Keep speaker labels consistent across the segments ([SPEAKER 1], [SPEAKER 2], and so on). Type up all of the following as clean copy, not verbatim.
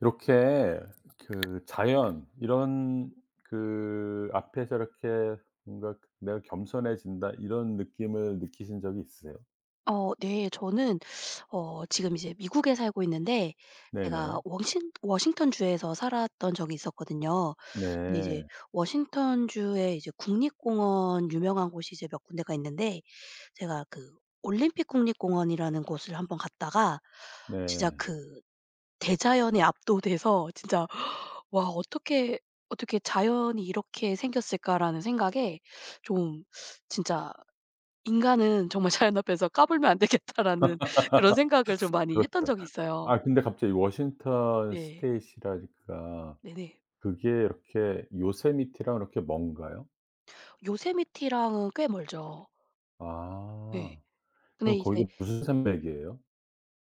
[SPEAKER 1] 이렇게 그 자연 이런 그 앞에서 이렇게 뭔가 '내가 겸손해진다.' 이런 느낌을 느끼신 적이 있으세요?
[SPEAKER 2] 네. 저는 지금 이제 미국에 살고 있는데, 제가
[SPEAKER 1] 네네.
[SPEAKER 2] 워싱턴 주에서 살았던 적이 있었거든요. 근데 이제
[SPEAKER 1] 네.
[SPEAKER 2] 워싱턴 주에 이제 국립공원 유명한 곳이 이제 몇 군데가 있는데, 제가 그 올림픽 국립공원이라는 곳을 한번 갔다가 진짜
[SPEAKER 1] 네.
[SPEAKER 2] 그 대자연에 압도돼서 진짜 '와, 어떻게, 어떻게 자연이 이렇게 생겼을까.'라는 생각에 좀 진짜 '인간은 정말 자연 앞에서 까불면 안 되겠다.'라는 그런 생각을 좀 많이
[SPEAKER 1] 그렇
[SPEAKER 2] 했던 적이 있어요.
[SPEAKER 1] 아, 근데 갑자기 워싱턴
[SPEAKER 2] 네,
[SPEAKER 1] 스테이시라니까
[SPEAKER 2] 네네.
[SPEAKER 1] 그게 이렇게 요세미티랑 이렇게 먼가요?
[SPEAKER 2] 요세미티랑은 꽤 멀죠.
[SPEAKER 1] 아.
[SPEAKER 2] 네. 근데
[SPEAKER 1] 그럼
[SPEAKER 2] 이제
[SPEAKER 1] 거기가 무슨 산맥이에요?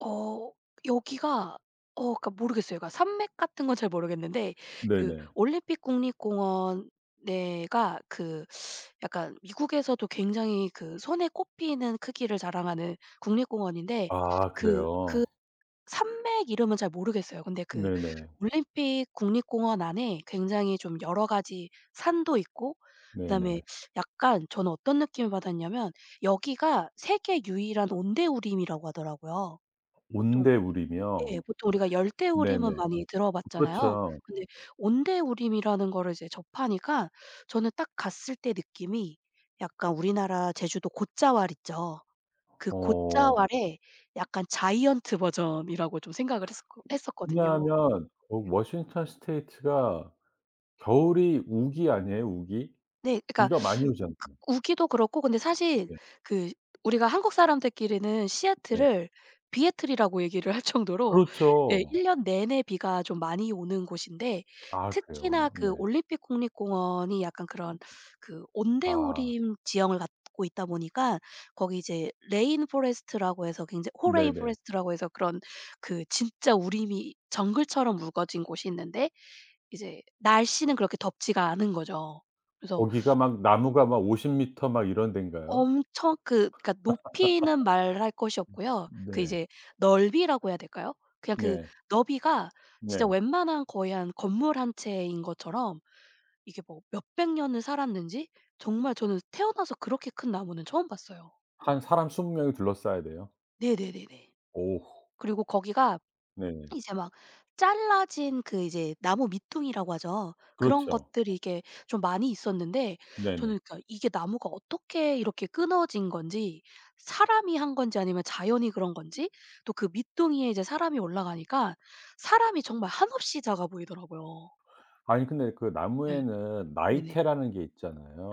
[SPEAKER 2] 어 여기가 그러니까 모르겠어요. 그러니까 산맥 같은 건 잘 모르겠는데, 그
[SPEAKER 1] 네네.
[SPEAKER 2] 올림픽 국립공원 내가 그 약간 미국에서도 굉장히 그 손에 꼽히는 크기를 자랑하는 국립공원인데,
[SPEAKER 1] 아
[SPEAKER 2] 그그
[SPEAKER 1] 그래요?
[SPEAKER 2] 산맥 이름은 잘 모르겠어요. 근데 그
[SPEAKER 1] 네네.
[SPEAKER 2] 올림픽 국립공원 안에 굉장히 좀 여러 가지 산도 있고, 그다음에
[SPEAKER 1] 네네.
[SPEAKER 2] 약간 저는 어떤 느낌을 받았냐면, 여기가 세계 유일한 온대우림이라고 하더라고요. 보통, 예
[SPEAKER 1] 온대우리며.
[SPEAKER 2] 보통 우리가 열대우림은
[SPEAKER 1] 네네.
[SPEAKER 2] 많이 들어봤잖아요.
[SPEAKER 1] 그렇죠.
[SPEAKER 2] 근데 온대우림이라는 거를 이제 접하니까, 저는 딱 갔을 때 느낌이 약간 우리나라 제주도 곶자왈 있죠. 그
[SPEAKER 1] 어.
[SPEAKER 2] 곶자왈의 약간 자이언트 버전이라고 좀 생각을 했었거든요.
[SPEAKER 1] 왜냐하면
[SPEAKER 2] 네.
[SPEAKER 1] 워싱턴 스테이트가 겨울이 우기 아니에요, 우기?
[SPEAKER 2] 그러니까
[SPEAKER 1] 비가 많이 오잖아요.
[SPEAKER 2] 우기도 그렇고 근데 사실
[SPEAKER 1] 네.
[SPEAKER 2] 그 우리가 한국 사람들끼리는
[SPEAKER 1] 네.
[SPEAKER 2] 시애틀을 비애틀이라고 얘기를 할 정도로, 예 1년
[SPEAKER 1] 그렇죠.
[SPEAKER 2] 년 내내 비가 좀 많이 오는 곳인데,
[SPEAKER 1] 아
[SPEAKER 2] 특히나
[SPEAKER 1] 그래요? 네.
[SPEAKER 2] 그 올림픽 국립공원이 약간 그런 그
[SPEAKER 1] 아.
[SPEAKER 2] 온대우림 지형을 갖고 있다 보니까, 거기 이제 레인 포레스트라고 해서 굉장히 호레인
[SPEAKER 1] 네네.
[SPEAKER 2] 포레스트라고 해서 그런 그 진짜 우림이 정글처럼 우거진 곳이 있는데, 이제 날씨는 그렇게 덥지가 않은 거죠. 그래서
[SPEAKER 1] 거기가 막 나무가 막 50 미터 막 이런 데인가요?
[SPEAKER 2] 엄청 그 그러니까 높이는 말할 것이 없고요. 그
[SPEAKER 1] 네.
[SPEAKER 2] 이제 넓이라고 해야 될까요? 그냥 그
[SPEAKER 1] 네.
[SPEAKER 2] 너비가 진짜
[SPEAKER 1] 네.
[SPEAKER 2] 웬만한 거의 한 건물 한 채인 것처럼, 이게 뭐 몇백 년을 살았는지, 정말 저는 태어나서 그렇게 큰 나무는 처음 봤어요.
[SPEAKER 1] 한 사람 20 명이 둘러싸야 돼요?
[SPEAKER 2] 네네네네.
[SPEAKER 1] 오.
[SPEAKER 2] 그리고 거기가
[SPEAKER 1] 네네.
[SPEAKER 2] 이제 막 잘라진 그 이제 나무 밑둥이라고 하죠. 그런
[SPEAKER 1] 그렇죠.
[SPEAKER 2] 것들이 이게 좀 많이 있었는데,
[SPEAKER 1] 네네.
[SPEAKER 2] 저는 그러니까 이게 나무가 어떻게 이렇게 끊어진 건지, 사람이 한 건지 아니면 자연이 그런 건지, 또 그 밑둥이에 이제 사람이 올라가니까 사람이 정말 한없이 작아 보이더라고요.
[SPEAKER 1] 아니, 근데 그
[SPEAKER 2] 예.
[SPEAKER 1] 나무에는
[SPEAKER 2] 네네.
[SPEAKER 1] 나이테라는 게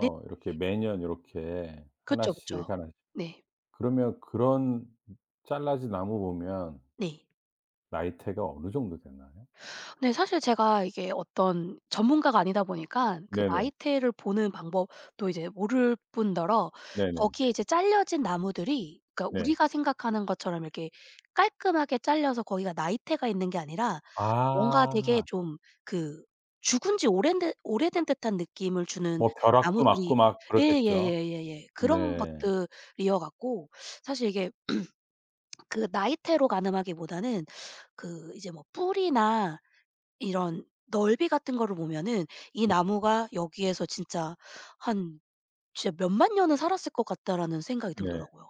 [SPEAKER 2] 네.
[SPEAKER 1] 이렇게 매년 요렇게
[SPEAKER 2] 그쵸, 그쵸.
[SPEAKER 1] 하나씩, 하나씩.
[SPEAKER 2] 네.
[SPEAKER 1] 그러면 그런 잘라진 나무 보면
[SPEAKER 2] 네.
[SPEAKER 1] 나이테가 어느 정도 되나요?
[SPEAKER 2] 네. 사실 제가 이게 어떤 전문가가 아니다 보니까 그
[SPEAKER 1] 네네.
[SPEAKER 2] 나이테를 보는 방법도 이제 모를 뿐더러,
[SPEAKER 1] 네네.
[SPEAKER 2] 거기에 이제 잘려진 나무들이 그러니까
[SPEAKER 1] 네.
[SPEAKER 2] 우리가 생각하는 것처럼 이렇게 깔끔하게 잘려서 거기가 나이테가 있는 게 아니라, 뭔가 되게
[SPEAKER 1] 아.
[SPEAKER 2] 좀 그 죽은 지 오랜 듯 오래된 듯한 느낌을 주는
[SPEAKER 1] 뭐 벼락도 맞고
[SPEAKER 2] 나무들이.
[SPEAKER 1] 막 그렇겠죠.
[SPEAKER 2] 예예예예예. 그런
[SPEAKER 1] 네.
[SPEAKER 2] 것들이어 갖고, 사실 이게 그 나이테로 가늠하기보다는 그 이제 뭐 뿌리나 이런 넓이 같은 거를 보면은, 이 나무가 여기에서 진짜 한 진짜 '몇만 년은 살았을 것 같다.'라는 생각이
[SPEAKER 1] 네.
[SPEAKER 2] 들더라고요.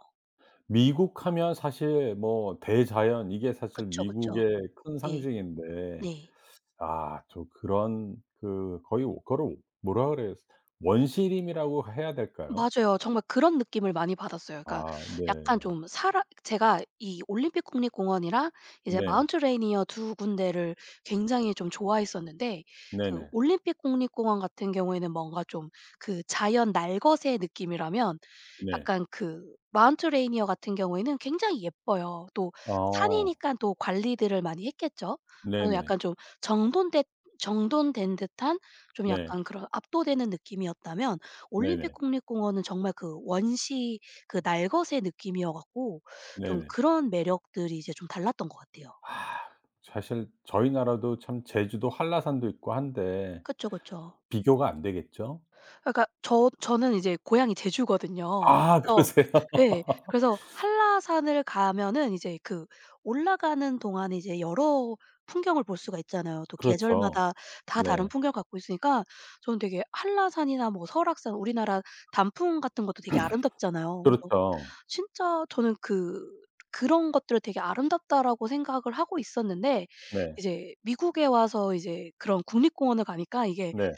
[SPEAKER 1] 미국 하면 사실 뭐 대자연 이게 사실
[SPEAKER 2] 그쵸, 그쵸.
[SPEAKER 1] 미국의 큰
[SPEAKER 2] 네.
[SPEAKER 1] 상징인데,
[SPEAKER 2] 네.
[SPEAKER 1] 아 또 그런 그 거의 그거 뭐라 그래야 원시림이라고 해야 될까요?
[SPEAKER 2] 맞아요. 정말 그런 느낌을 많이 받았어요. 그러니까
[SPEAKER 1] 아 네.
[SPEAKER 2] 약간 좀 사람, 제가 이 올림픽 국립공원이랑 이제
[SPEAKER 1] 네.
[SPEAKER 2] 마운트 레이니어 두 군데를 굉장히 좀 좋아했었는데, 그
[SPEAKER 1] 네네.
[SPEAKER 2] 올림픽 국립공원 같은 경우에는 뭔가 좀 그 자연 날것의 느낌이라면,
[SPEAKER 1] 네.
[SPEAKER 2] 약간 그 마운트 레이니어 같은 경우에는 굉장히 예뻐요. 또 산이니
[SPEAKER 1] 어.
[SPEAKER 2] 까 또 관리들을 많이 했겠죠. 그래서
[SPEAKER 1] 네네.
[SPEAKER 2] 약간 좀 정돈된 정돈된 듯한, 좀
[SPEAKER 1] 네.
[SPEAKER 2] 약간 그런 압도되는 느낌이었다면, 올림픽
[SPEAKER 1] 네네.
[SPEAKER 2] 국립공원은 정말 그 원시, 그 날것의 느낌이어 갖고 좀
[SPEAKER 1] 네네.
[SPEAKER 2] 그런 매력들이 이제 좀 달랐던 것 같아요.
[SPEAKER 1] 아, 사실 저희 나라도 참 제주도 한라산도 있고 한데
[SPEAKER 2] 그쵸, 그쵸.
[SPEAKER 1] 비교가 안 되겠죠?
[SPEAKER 2] 그러니까 저는 이제 고향이 제주거든요.
[SPEAKER 1] 아
[SPEAKER 2] 그래서.
[SPEAKER 1] 그러세요?
[SPEAKER 2] 예. 그래서 한라산을 가면은 이제 그 올라가는 동안에 이제 여러 풍경을 볼 수가 있잖아요. 또
[SPEAKER 1] 그렇죠.
[SPEAKER 2] 계절마다 다 다른
[SPEAKER 1] 네.
[SPEAKER 2] 풍경을 갖고 있으니까, 저는 되게 한라산이나 뭐 설악산 우리나라 단풍 같은 것도 되게 아름답잖아요. 그래서
[SPEAKER 1] 그렇죠.
[SPEAKER 2] 진짜 저는 그 그런 것들을 되게 아름답다라고 생각을 하고 있었는데,
[SPEAKER 1] 네.
[SPEAKER 2] 이제 미국에 와서 이제 그런 국립공원을 가니까, 이게
[SPEAKER 1] 네.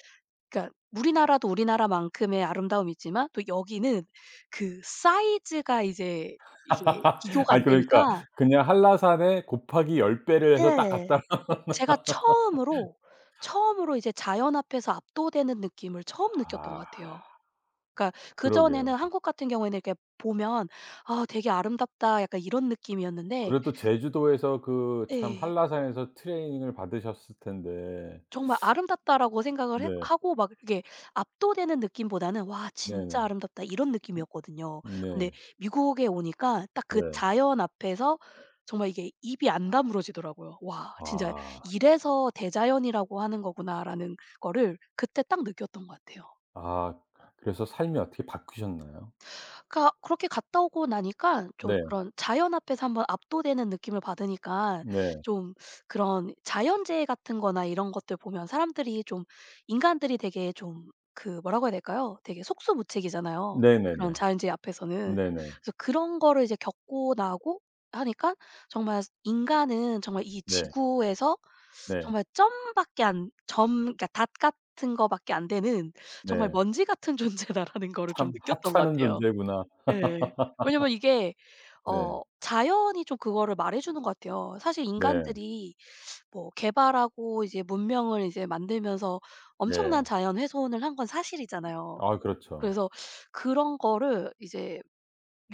[SPEAKER 2] 그러니까 우리나라도 우리나라만큼의 아름다움이 있지만 또 여기는 그 사이즈가 이제, 이게 비교가 안
[SPEAKER 1] 아니, 그러니까
[SPEAKER 2] 되니까.
[SPEAKER 1] 그냥 한라산에 곱하기 10 배를 해서 딱
[SPEAKER 2] 네.
[SPEAKER 1] 갖다.
[SPEAKER 2] 제가 처음으로, 처음으로 이제 자연 앞에서 압도되는 느낌을 처음 느꼈던 것
[SPEAKER 1] 아
[SPEAKER 2] 같아요. 그러니까 그전에는
[SPEAKER 1] 그러게요.
[SPEAKER 2] 한국 같은 경우에는 이렇게 보면 '아 되게 아름답다.' 약간 이런 느낌이었는데.
[SPEAKER 1] 그래도 제주도에서 그 참
[SPEAKER 2] 예.
[SPEAKER 1] 한라산에서 트레이닝을 받으셨을 텐데.
[SPEAKER 2] 정말 '아름답다.'라고 생각을 했
[SPEAKER 1] 네.
[SPEAKER 2] 하고 막 이렇게, 압도되는 느낌보다는 '와 진짜
[SPEAKER 1] 네네.
[SPEAKER 2] 아름답다.' 이런 느낌이었거든요. 근데
[SPEAKER 1] 네.
[SPEAKER 2] 미국에 오니까 딱 그
[SPEAKER 1] 네.
[SPEAKER 2] 자연 앞에서 정말 이게 입이 안 다물어지더라고요. '와 진짜
[SPEAKER 1] 아.
[SPEAKER 2] 이래서 대자연이라고 하는 거구나.'라는 거를 그때 딱 느꼈던 것 같아요.
[SPEAKER 1] 아, 그래서 삶이 어떻게 바뀌셨나요?
[SPEAKER 2] 그러니까 그렇게 갔다 오고 나니까 좀
[SPEAKER 1] 네.
[SPEAKER 2] 그런 자연 앞에서 한번 압도되는 느낌을 받으니까,
[SPEAKER 1] 네.
[SPEAKER 2] 좀 그런 자연재해 같은 거나 이런 것들 보면 사람들이 좀 인간들이 되게 좀 그, 뭐라고 해야 될까요? 되게 속수무책이잖아요, 그런
[SPEAKER 1] 네네네.
[SPEAKER 2] 자연재해 앞에서는.
[SPEAKER 1] 네네.
[SPEAKER 2] 그래서 그런 거를 이제 겪고 나고 하니까 정말 인간은 정말 이
[SPEAKER 1] 네.
[SPEAKER 2] 지구에서
[SPEAKER 1] 네.
[SPEAKER 2] 정말 점밖에 안 점, 그러니까 닷 같은 거밖에 안 되는 정말
[SPEAKER 1] 네.
[SPEAKER 2] 먼지 같은 존재다라는 거를 좀
[SPEAKER 1] 참
[SPEAKER 2] 느꼈던 것
[SPEAKER 1] 하찮은
[SPEAKER 2] 같아요.
[SPEAKER 1] 존재구나.
[SPEAKER 2] 예. 왜냐면 이게
[SPEAKER 1] 네.
[SPEAKER 2] 자연이 좀 그거를 말해 주는 것 같아요. 사실
[SPEAKER 1] 네.
[SPEAKER 2] 인간들이 뭐 개발하고 이제 문명을 이제 만들면서 엄청난
[SPEAKER 1] 네.
[SPEAKER 2] 자연 훼손을 한 건 사실이잖아요.
[SPEAKER 1] 아 그렇죠.
[SPEAKER 2] 그래서 그런 거를 이제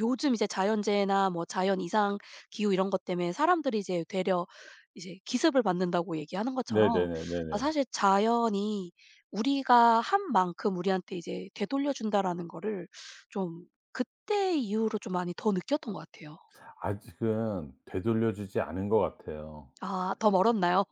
[SPEAKER 2] 요즘 이제 자연재해나 뭐 자연 이상 기후 이런 것 때문에 사람들이 이제 되려 이제 기습을 받는다고 얘기하는 것처럼,
[SPEAKER 1] 네네네네네.
[SPEAKER 2] 아 사실 자연이 우리가 한 만큼 우리한테 이제 되돌려 준다라는 거를 좀, 그때 이후로 좀 많이 더 느꼈던 것 같아요.
[SPEAKER 1] 아직은 되돌려 주지 않은 것 같아요.
[SPEAKER 2] 아 더 멀었나요?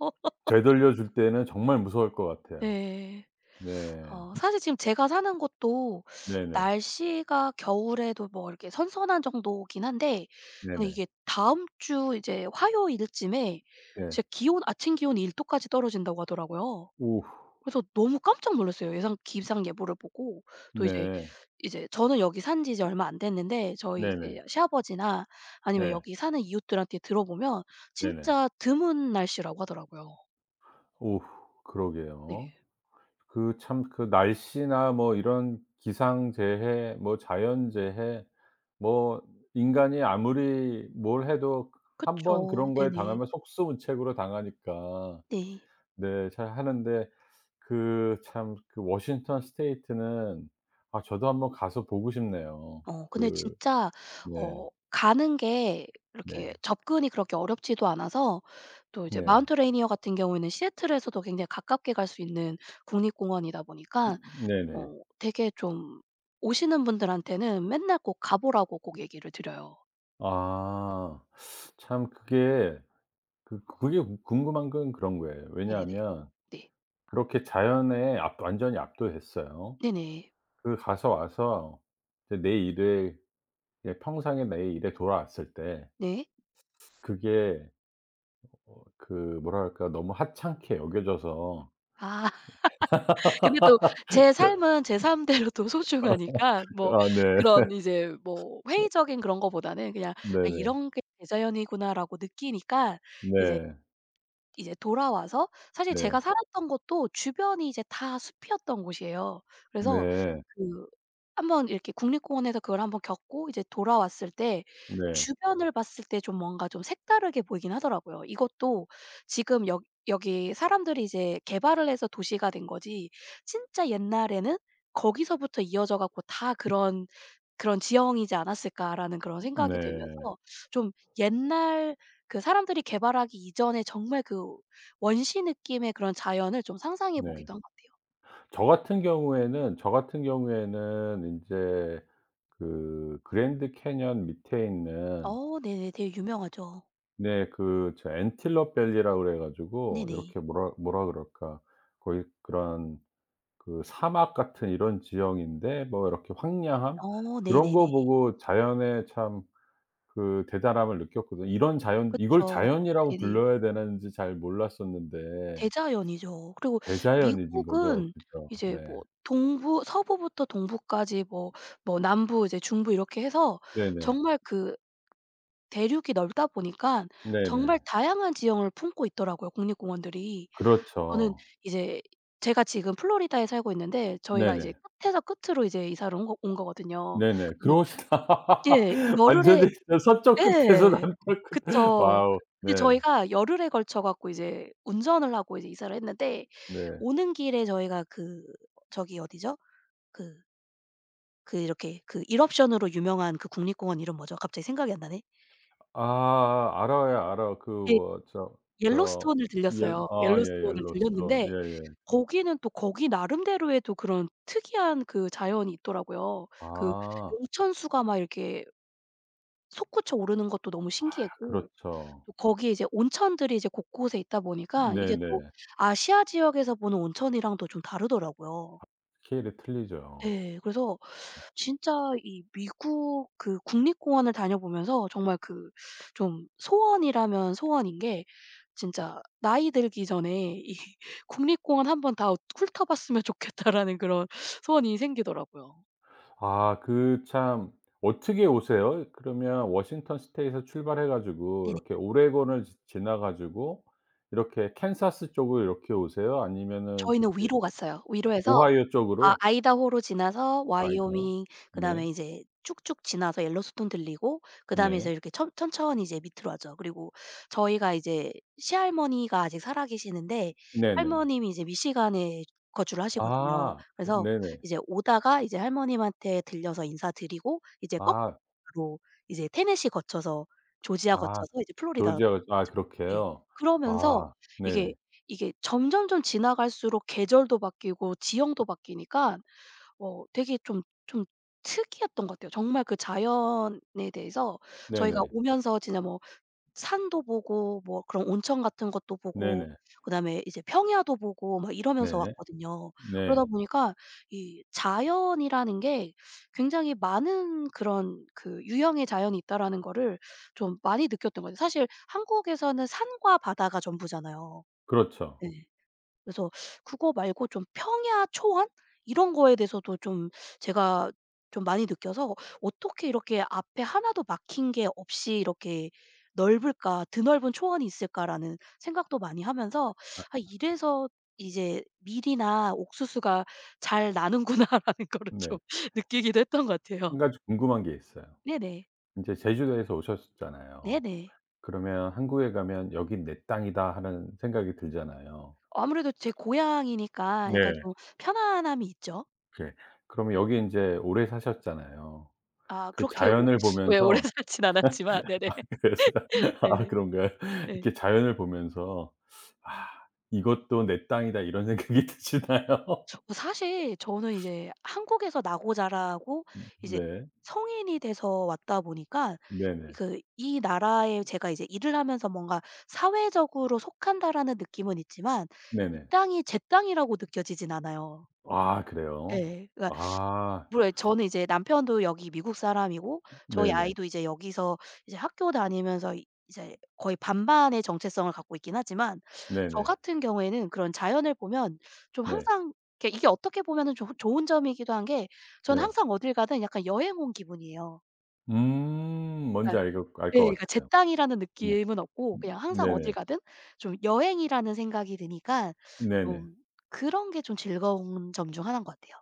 [SPEAKER 1] 되돌려 줄 때는 정말 무서울 것 같아요.
[SPEAKER 2] 네.
[SPEAKER 1] 네.
[SPEAKER 2] 사실 지금 제가 사는 곳도
[SPEAKER 1] 네네.
[SPEAKER 2] 날씨가 겨울에도 뭐 이렇게 선선한 정도긴 한데, 근데
[SPEAKER 1] 네네.
[SPEAKER 2] 이게 다음 주 이제 화요일쯤에
[SPEAKER 1] 네.
[SPEAKER 2] 제 기온 아침 기온이 1도 도까지 떨어진다고 하더라고요.
[SPEAKER 1] 오후.
[SPEAKER 2] 그래서 너무 깜짝 놀랐어요, 예상 기상 예보를 보고. 또 이제
[SPEAKER 1] 네.
[SPEAKER 2] 저는 여기 산 지 이제 얼마 안 됐는데, 저희
[SPEAKER 1] 네네.
[SPEAKER 2] 이제 시아버지나 아니면
[SPEAKER 1] 네.
[SPEAKER 2] 여기 사는 이웃들한테 들어보면
[SPEAKER 1] 네네.
[SPEAKER 2] 진짜 드문 날씨라고 하더라고요.
[SPEAKER 1] 오후.
[SPEAKER 2] 네.
[SPEAKER 1] 그러게요. 그 참 그 날씨나 뭐 이런 기상재해, 뭐 자연재해, 뭐 인간이 아무리 뭘 해도 한번
[SPEAKER 2] 그쵸.
[SPEAKER 1] 그런 거에
[SPEAKER 2] 네네.
[SPEAKER 1] 당하면 속수무책으로 당하니까.
[SPEAKER 2] 네.
[SPEAKER 1] 네 잘 하는데. 그 참 그 워싱턴 스테이트는, 아 저도 한번 가서 보고 싶네요.
[SPEAKER 2] 근데
[SPEAKER 1] 그
[SPEAKER 2] 진짜
[SPEAKER 1] 네.
[SPEAKER 2] 가는 게
[SPEAKER 1] 네.
[SPEAKER 2] 이렇게 접근이 그렇게 어렵지도 않아서, 또 이제
[SPEAKER 1] 네.
[SPEAKER 2] 마운트 레이니어 같은 경우에는 시애틀에서도 굉장히 가깝게 갈 수 있는 국립공원이다 보니까,
[SPEAKER 1] 네네.
[SPEAKER 2] 되게 좀 오시는 분들한테는 맨날 꼭 가 보라고 꼭 얘기를 드려요.
[SPEAKER 1] 아. 참 그게 그 그게 궁 궁금한 건 그런 거예요.
[SPEAKER 2] 네네네.
[SPEAKER 1] 왜냐하면
[SPEAKER 2] 네.
[SPEAKER 1] 그렇게 자연에 압 완전히 압도됐어요.
[SPEAKER 2] 네네.
[SPEAKER 1] 그 가서 와서 이제 내 일에, 예 평상의 내 일에 돌아왔을 때
[SPEAKER 2] 네.
[SPEAKER 1] 그게 그 뭐랄까 너무 하찮게 여겨져서.
[SPEAKER 2] 아. 근데 또 제 삶은 제 삶대로 또 소중하니까 뭐
[SPEAKER 1] 아 네.
[SPEAKER 2] 그런, 이제 뭐 회의적인 그런 거보다는 그냥 '아
[SPEAKER 1] 네 네.
[SPEAKER 2] 이런 게 내 자연이구나.'라고 느끼니까 이제,
[SPEAKER 1] 네.
[SPEAKER 2] 돌아와서 사실
[SPEAKER 1] 네.
[SPEAKER 2] 제가 살았던 곳도 주변이 이제 다 숲이었던 곳이에요. 그래서
[SPEAKER 1] 네.
[SPEAKER 2] 그 한번 이렇게 국립공원에서 그걸 한번 겪고 이제 돌아왔을 때,
[SPEAKER 1] 네.
[SPEAKER 2] 주변을 봤을 때 좀 뭔가 좀 색다르게 보이긴 하더라고요. 이것도 지금 여 여기 사람들이 이제 개발을 해서 도시가 된 거지, 진짜 옛날에는 거기서부터 이어져 갖고 다 그런 지형이지 않았을까라는 그런 생각이
[SPEAKER 1] 네.
[SPEAKER 2] 들면서, 좀 옛날 그 사람들이 개발하기 이전에 정말 그 원시 느낌의 그런 자연을 좀 상상해
[SPEAKER 1] 네.
[SPEAKER 2] 보기도 한 것 같아요.
[SPEAKER 1] 저 같은 경우에는 인제 그 그랜드 캐니언 밑에 있는.
[SPEAKER 2] 네네. 되게 유명하죠.
[SPEAKER 1] 네. 그 저 엔틸럽 밸리라고 그래 가지고,
[SPEAKER 2] 네네.
[SPEAKER 1] 이렇게 뭐라 뭐라 그럴까, 거의 그런 그 사막 같은 이런 지형인데 뭐 이렇게 황량함 그런
[SPEAKER 2] 네네네.
[SPEAKER 1] 거 보고 자연의 참 그 대단함을 느꼈거든요. 이런 자연 이걸
[SPEAKER 2] 그쵸.
[SPEAKER 1] 자연이라고
[SPEAKER 2] 네네.
[SPEAKER 1] 불러야 되는지 잘 몰랐었는데.
[SPEAKER 2] 대자연이죠. 그리고
[SPEAKER 1] 대자연이신 거죠.
[SPEAKER 2] 미국은
[SPEAKER 1] 그죠?
[SPEAKER 2] 이제
[SPEAKER 1] 네.
[SPEAKER 2] 뭐 동부, 서부부터 동부까지 뭐 남부 이제 중부 이렇게 해서,
[SPEAKER 1] 네네.
[SPEAKER 2] 정말 그 대륙이 넓다 보니까 정말
[SPEAKER 1] 네네.
[SPEAKER 2] 다양한 지형을 품고 있더라고요, 국립공원들이. 저는
[SPEAKER 1] 그렇죠.
[SPEAKER 2] 이제 제가 지금 플로리다에 살고 있는데, 저희가 이제
[SPEAKER 1] 네네.
[SPEAKER 2] 끝에서 끝으로 이제 이사를 온 거거든요.
[SPEAKER 1] 네네.
[SPEAKER 2] 그래서.
[SPEAKER 1] 그러시다.
[SPEAKER 2] 예. 열흘에.
[SPEAKER 1] 완전히 진짜 서쪽 끝에서
[SPEAKER 2] 예.
[SPEAKER 1] 남쪽 끝.
[SPEAKER 2] 그쵸.
[SPEAKER 1] 와우.
[SPEAKER 2] 근데
[SPEAKER 1] 네.
[SPEAKER 2] 저희가 열흘에 걸쳐 갖고 이제 운전을 하고 이제 이사를 했는데,
[SPEAKER 1] 네.
[SPEAKER 2] 오는 길에 저희가 그 저기 어디죠? 그 이렇게 그 일옵션으로 유명한 그 국립공원 이름 뭐죠? 갑자기 생각이 안 나네.
[SPEAKER 1] 아 알아요, 알아요. 그
[SPEAKER 2] 예.
[SPEAKER 1] 뭐 저
[SPEAKER 2] 옐로스톤을
[SPEAKER 1] 옐
[SPEAKER 2] 들렸어요.
[SPEAKER 1] 아 예
[SPEAKER 2] 옐로스톤을
[SPEAKER 1] 옐로스톤.
[SPEAKER 2] 들렸는데,
[SPEAKER 1] 예예.
[SPEAKER 2] 거기는 또 거기 나름대로의 또 그런 특이한 그 자연이 있더라고요. 그
[SPEAKER 1] 아
[SPEAKER 2] 용천수가 막 이렇게 솟구쳐 오르는 것도 너무 신기했고,
[SPEAKER 1] 그렇죠.
[SPEAKER 2] 또 거기에 이제 온천들이 이제 곳곳에 있다 보니까, 이게 또
[SPEAKER 1] 네네.
[SPEAKER 2] 아시아 지역에서 보는 온천이랑 또 좀 다르더라고요.
[SPEAKER 1] 스케일이 틀리죠.
[SPEAKER 2] 예. 그래서 진짜 이 미국 그 국립공원을 다녀보면서 정말 그 좀 소원이라면 소원인 게 진짜 '나이 들기 전에 이 국립공원 한번 다 훑어봤으면 좋겠다.'라는 그런 소원이 생기더라고요.
[SPEAKER 1] 아 그 참. 어떻게 오세요? 그러면 워싱턴 스테이트에서 출발해 가지고
[SPEAKER 2] 네네.
[SPEAKER 1] 이렇게 오레곤을 지 지나 가지고 이렇게 캔사스 쪽으로 이렇게 오세요? 아니면은
[SPEAKER 2] 저희는
[SPEAKER 1] 저기
[SPEAKER 2] 위로 갔어요. 위로에서,
[SPEAKER 1] 오하이오 쪽으로?
[SPEAKER 2] 아이다호로 지나서
[SPEAKER 1] 아이다호.
[SPEAKER 2] 와이오밍,
[SPEAKER 1] 네.
[SPEAKER 2] 그다음에 이제 쭉쭉 지나서 옐로스톤 들리고, 그다음에
[SPEAKER 1] 네.
[SPEAKER 2] 이제 이렇게 천 천천히 이제 밑으로 하죠. 그리고 저희가 이제 시할머니가 아직 살아 계시는데,
[SPEAKER 1] 네네네.
[SPEAKER 2] 할머님이 이제 미시간에 거주를 하시거든요.
[SPEAKER 1] 아. 그
[SPEAKER 2] 그래서
[SPEAKER 1] 네네.
[SPEAKER 2] 이제 오다가 이제 할머님한테 들려서 인사드리고 이제 거꾸로,
[SPEAKER 1] 아.
[SPEAKER 2] 이제 테네시 거쳐서 조지아
[SPEAKER 1] 아.
[SPEAKER 2] 거쳐서 이제 플로리다
[SPEAKER 1] 조지아가, 아
[SPEAKER 2] 죠. 네.
[SPEAKER 1] 그렇게요?
[SPEAKER 2] 그러면서
[SPEAKER 1] 아 네.
[SPEAKER 2] 이게 이게 점점점 지나갈수록 계절도 바뀌고 지형도 바뀌니까, 되게 좀, 좀 특이했던 것 같아요. 정말 그 자연에 대해서. 저희가
[SPEAKER 1] 네네.
[SPEAKER 2] 오면서 진짜 뭐 산도 보고 뭐 그런 온천 같은 것도 보고,
[SPEAKER 1] 네네.
[SPEAKER 2] 그다음에 이제 평야도 보고 막 이러면서
[SPEAKER 1] 네.
[SPEAKER 2] 왔거든요. 그러다
[SPEAKER 1] 네.
[SPEAKER 2] 보니까 이 자연이라는 게 굉장히 많은 그런 그 유형의 자연이 있다라는 거를 좀 많이 느꼈던 거죠. 사실 한국에서는 산과 바다가 전부잖아요.
[SPEAKER 1] 그렇죠.
[SPEAKER 2] 네. 그래서 그거 말고 좀 평야 초원 이런 거에 대해서도 좀 제가 좀 많이 느껴서, '어떻게 이렇게 앞에 하나도 막힌 게 없이 이렇게 넓을까? 드넓은 초원이 있을까?'라는 생각도 많이 하면서, '아 이래서 이제 밀이나 옥수수가 잘 나는구나.'라는 거를 좀
[SPEAKER 1] 네.
[SPEAKER 2] 느끼기도 했던 것
[SPEAKER 1] 한
[SPEAKER 2] 같아요.
[SPEAKER 1] 가지 궁금한 게 있어요.
[SPEAKER 2] 네네.
[SPEAKER 1] 인제 제주도에서 오셨잖아요.
[SPEAKER 2] 네네.
[SPEAKER 1] 그러면 한국에 가면 '여긴 내 땅이다.' 하는 생각이 들잖아요.
[SPEAKER 2] 아무래도 제 고향이니까 약간
[SPEAKER 1] 네.
[SPEAKER 2] 좀 편안함이 있죠.
[SPEAKER 1] 그 그러면 여기 인제 오래 사셨잖아요.
[SPEAKER 2] 아
[SPEAKER 1] 그
[SPEAKER 2] 그렇게 오,
[SPEAKER 1] 자연을
[SPEAKER 2] 예 오래
[SPEAKER 1] 보면서.
[SPEAKER 2] 살진 않았지만. 네네.
[SPEAKER 1] 그래서. 아
[SPEAKER 2] 네네.
[SPEAKER 1] 그런가요?
[SPEAKER 2] 네.
[SPEAKER 1] 이렇게 자연을 보면서 '아, 이것도 내 땅이다.' 이런 생각이 드시나요?
[SPEAKER 2] 사실 저는 이제 한국에서 나고 자라고 이제
[SPEAKER 1] 네.
[SPEAKER 2] 성인이 돼서 왔다 보니까,
[SPEAKER 1] 네네.
[SPEAKER 2] 그 이 나라에 제가 이제 일을 하면서 뭔가 '사회적으로 속한다.'라는 느낌은 있지만, 이
[SPEAKER 1] 네네.
[SPEAKER 2] 땅이 제 땅이라고 느껴지진 않아요.
[SPEAKER 1] 아 그래요?
[SPEAKER 2] 예. 그러니까
[SPEAKER 1] 아
[SPEAKER 2] 물론 저는 이제 남편도 여기 미국 사람이고 저희, 네,
[SPEAKER 1] 네네.
[SPEAKER 2] 아이도 이제 여기서 이제 학교 다니면서 이, 이제 거의 반반의 정체성을 갖고 있긴 하지만, 저
[SPEAKER 1] 네네.
[SPEAKER 2] 같은 경우에는 그런 자연을 보면 좀
[SPEAKER 1] 네.
[SPEAKER 2] 항상, 이렇게 이게 어떻게 보면은 조 좋은 점이기도 한 게, 저는
[SPEAKER 1] 네.
[SPEAKER 2] 항상 어딜 가든 약간 여행 온 기분이에요.
[SPEAKER 1] 뭔지
[SPEAKER 2] 그러니까.
[SPEAKER 1] 알 것 알
[SPEAKER 2] 네,
[SPEAKER 1] 것
[SPEAKER 2] 그러니까 제
[SPEAKER 1] 같아요.
[SPEAKER 2] 땅이라는
[SPEAKER 1] 네.
[SPEAKER 2] 느낌은 없고 그냥 항상 어딜
[SPEAKER 1] 네네.
[SPEAKER 2] 가든 좀 여행이라는 생각이 드니까
[SPEAKER 1] 네네.
[SPEAKER 2] 좀 그런 게 좀 즐거운 점 중 하나인 것 같아요.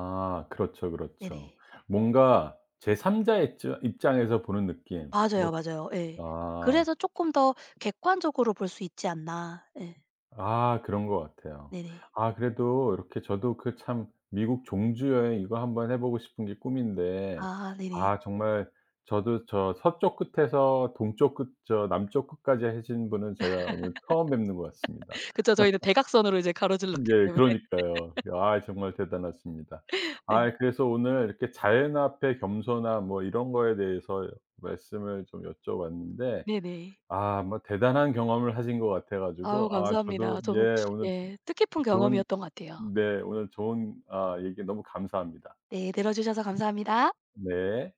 [SPEAKER 1] 아 그렇죠, 그렇죠.
[SPEAKER 2] 네네.
[SPEAKER 1] 뭔가 제 3 자의 입장에서 보는 느낌.
[SPEAKER 2] 맞아요,
[SPEAKER 1] 뭐
[SPEAKER 2] 맞아요. 예.
[SPEAKER 1] 아.
[SPEAKER 2] 그래서 쪼끔 더 객관적으로 볼 수 있지 않나. 예.
[SPEAKER 1] 아 그런 것 같아요.
[SPEAKER 2] 네네.
[SPEAKER 1] 아 그래도 이렇게 저도 그 참 미국 종주 여행 이거 한번 해 보고 싶은 게 꿈인데.
[SPEAKER 2] 아 네네.
[SPEAKER 1] 아 정말 저도 저 서쪽 끝에서 동쪽 끝, 저 남쪽 끝까지 하신 분은 제가 오늘 처음 뵙는 것 같습니다.
[SPEAKER 2] 그쵸. 저희는 대각선으로 이제 가로질렀기
[SPEAKER 1] 예
[SPEAKER 2] 때문에.
[SPEAKER 1] 그러니까요. 아 정말 대단하십니다.
[SPEAKER 2] 네.
[SPEAKER 1] 아, 그래서 오늘 이렇게 자연 앞에 겸손함 뭐 이런 거에 대해서 말씀을 좀 여쭤봤는데,
[SPEAKER 2] 네네.
[SPEAKER 1] 아 뭐 대단한 경험을 하신 것 같아 가지고.
[SPEAKER 2] 아우
[SPEAKER 1] 아
[SPEAKER 2] 감사합니다.
[SPEAKER 1] 저도
[SPEAKER 2] 저도
[SPEAKER 1] 예 오늘
[SPEAKER 2] 예 뜻깊은
[SPEAKER 1] 좋은.
[SPEAKER 2] 경험이었던 것 같아요.
[SPEAKER 1] 네. 오늘 좋은 아 얘기 너무 감사합니다.
[SPEAKER 2] 네. 들어 주셔서 감사합니다.
[SPEAKER 1] 네.